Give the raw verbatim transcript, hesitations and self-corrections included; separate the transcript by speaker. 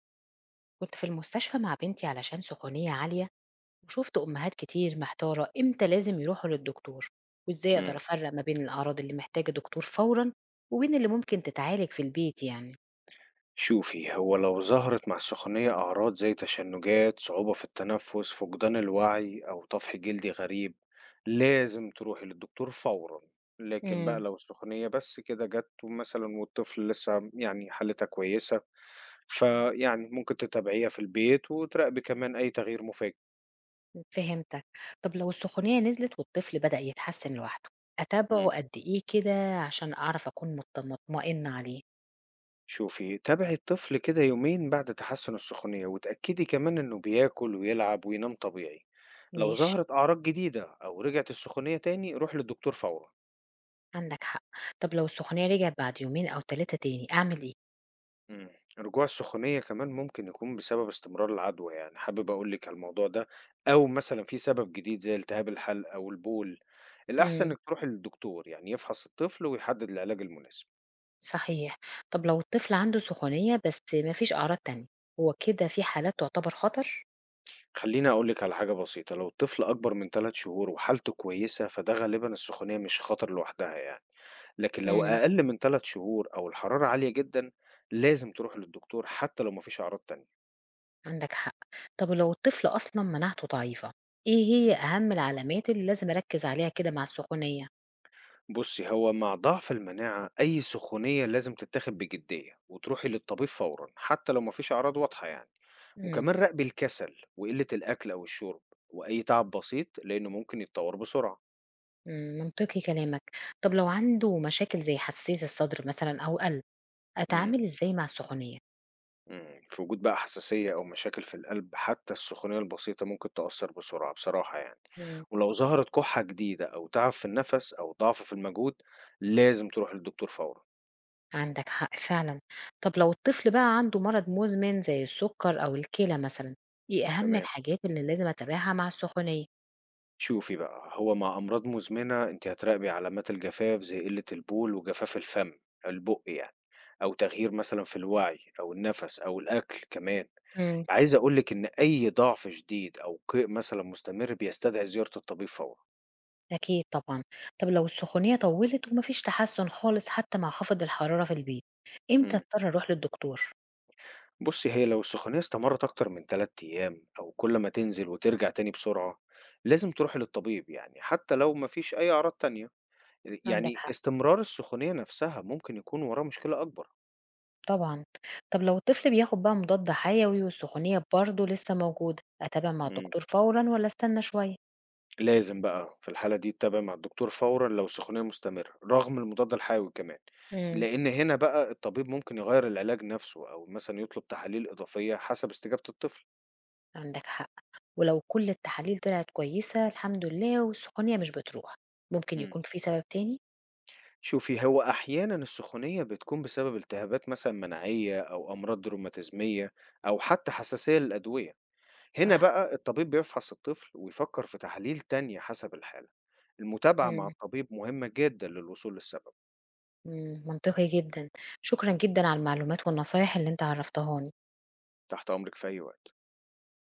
Speaker 1: كنت في المستشفى مع بنتي علشان سخونية عالية وشفت أمهات كتير محتارة إمتى لازم يروحوا للدكتور وإزاي أقدر
Speaker 2: إمم.
Speaker 1: أفرق ما بين الأعراض اللي محتاجة دكتور فورا وبين اللي ممكن تتعالج في البيت يعني.
Speaker 2: شوفي، هو لو ظهرت مع السخونية أعراض زي تشنُّجات، صعوبة في التنفُّس، فقدان الوعي أو طفح جلدي غريب، لازم تروحي للدكتور فورًا. لكن بقى
Speaker 1: امم
Speaker 2: لو السخونية بس كده جات مثلًا والطفل لسه يعني حالتها كويسة، فيعني ممكن تتابعيها في البيت وتراقبي كمان أي تغيير مفاجئ.
Speaker 1: فهمتك. طب لو السخونية نزلت والطفل بدأ يتحسن لوحده أتابعه
Speaker 2: إمم.
Speaker 1: قد إيه كده عشان أعرف أكون مطم- مطمئنة عليه؟
Speaker 2: شوفي تابعي الطفل كده يومين بعد تحسن السخونية وتأكدي كمان إنه بياكل ويلعب وينام طبيعي. لو
Speaker 1: ماشي.
Speaker 2: ظهرت أعراض جديدة أو رجعت السخونية تاني روح للدكتور فورا.
Speaker 1: عندك حق. طب لو السخونية رجعت بعد يومين أو ثلاثة تاني أعمل إيه؟
Speaker 2: مم. رجوع السخونية كمان ممكن يكون بسبب استمرار العدوى، يعني حابب أقولك على الموضوع ده، أو مثلا في سبب جديد زي التهاب الحلق أو البول. الأحسن
Speaker 1: مم.
Speaker 2: إنك تروحي للدكتور يعني يفحص الطفل ويحدد العلاج المناسب.
Speaker 1: صحيح. طب لو الطفل عنده سخونية بس ما فيش أعراض تانية، هو كده في حالات تعتبر خطر؟
Speaker 2: خلّيني أقول لِك على حاجة بسيطة، لو الطفل أكبر من تلات شهور وحالته كويسة، فده غالبًا السخونية مش خطر لوحدها يعني. لكن لو
Speaker 1: إمم.
Speaker 2: أقل من تلات شهور أو الحرارة عالية جدًا، لازم تروح للدكتور حتى لو ما فيش أعراض تانية.
Speaker 1: عندك حق. طب لو الطفل أصلًا مناعته ضعيفة، إيه
Speaker 2: إمم.
Speaker 1: هي أهم العلامات اللي لازم أركّز عليها كده مع السخونية؟
Speaker 2: بُصّي، هو مع ضعف المناعة أي سخونية لازم تتاخد بجدية وتروحي للطبيب فورًا حتى لو ما فيش أعراض واضحة يعني.
Speaker 1: إمم،
Speaker 2: وكمان راقبي الكسل وقلة الأكل أو الشرب وأي تعب بسيط لأنه ممكن يتطور بسرعة.
Speaker 1: إمم، منطقي كلامك. طب لو عنده مشاكل زي حساسية الصدر مثلًا أو قلب،
Speaker 2: إمم.
Speaker 1: أتعامل إزاي مع السخونية؟
Speaker 2: إمم، في وجود بقى حساسية أو مشاكل في القلب حتى السخونية البسيطة ممكن تأثّر بسرعة بصراحة يعني.
Speaker 1: إمم.
Speaker 2: ولو ظهرت كُحّة جديدة أو تعب في النَفَس أو ضعف في المجهود لازم تروح للدكتور فورًا.
Speaker 1: عندك حق فعلًا. طب لو الطفل بقى عنده مرض مزمن زي السكر أو الكلى مثلًا، إيه أهم
Speaker 2: تمام.
Speaker 1: الحاجات اللي لازم أتابعها مع السخونية؟
Speaker 2: شوفي بقى، هو مع أمراض مزمنة أنتِ هتراقبي علامات الجفاف زي قلة البول وجفاف الفم البُق يعني، أو تغيير مثلًا في الوعي أو النَفَس أو الأكل كمان.
Speaker 1: إمم.
Speaker 2: عايز أقول لِك إن أي ضعف شديد أو قيء مثلًا مستمر بيستدعي زيارة الطبيب فورًا.
Speaker 1: أكيد طبعًا. طب لو السخونية طوّلت وما فيش تحسُّن خالص حتى مع خفض الحرارة في البيت، إمتى
Speaker 2: إمم.
Speaker 1: أضطر أروح للدكتور؟
Speaker 2: بصي هي لو السخونية استمرت أكتر من ثلاث أيام أو كل ما تنزل وترجع تاني بسرعة لازم تروحي للطبيب، يعني حتى لو مفيش أي أعراض تانية.
Speaker 1: عندك
Speaker 2: يعني
Speaker 1: حق،
Speaker 2: استمرار السخونية نفسها ممكن يكون وراه مشكلة أكبر.
Speaker 1: طبعًا. طب لو الطفل بياخد بقى مضاد حيوي والسخونية برضه لسه موجودة، أتابع مع
Speaker 2: مم.
Speaker 1: الدكتور فورًا والّا أستنى شوية؟
Speaker 2: لازم بقى في الحالة دي تتابع مع الدكتور فورا لو السخونية مستمرة رغم المضاد الحيوي كمان،
Speaker 1: إمم.
Speaker 2: لأن هنا بقى الطبيب ممكن يغير العلاج نفسه أو مثلا يطلب تحاليل إضافية حسب استجابة الطفل.
Speaker 1: عندك حق. ولو كل التحاليل طلعت كويسة الحمد لله والسخونية مش بتروح، ممكن
Speaker 2: مم.
Speaker 1: يكون في سبب تاني؟
Speaker 2: شوفي هو أحيانا السخونية بتكون بسبب التهابات مثلا مناعية أو أمراض روماتيزمية أو حتى حساسية للأدوية. هنا
Speaker 1: صح.
Speaker 2: بقى الطبيب بيفحص الطفل ويفكر في تحاليل تانية حسب الحالة. المتابعة مع
Speaker 1: إمم،
Speaker 2: الطبيب مهمة جدا للوصول للسبب.
Speaker 1: إمم، منطقي جدًا. شكرًا جدًا على المعلومات والنصايح اللي أنت عرّفتها لنا.
Speaker 2: تحت أمرك في أي وقت.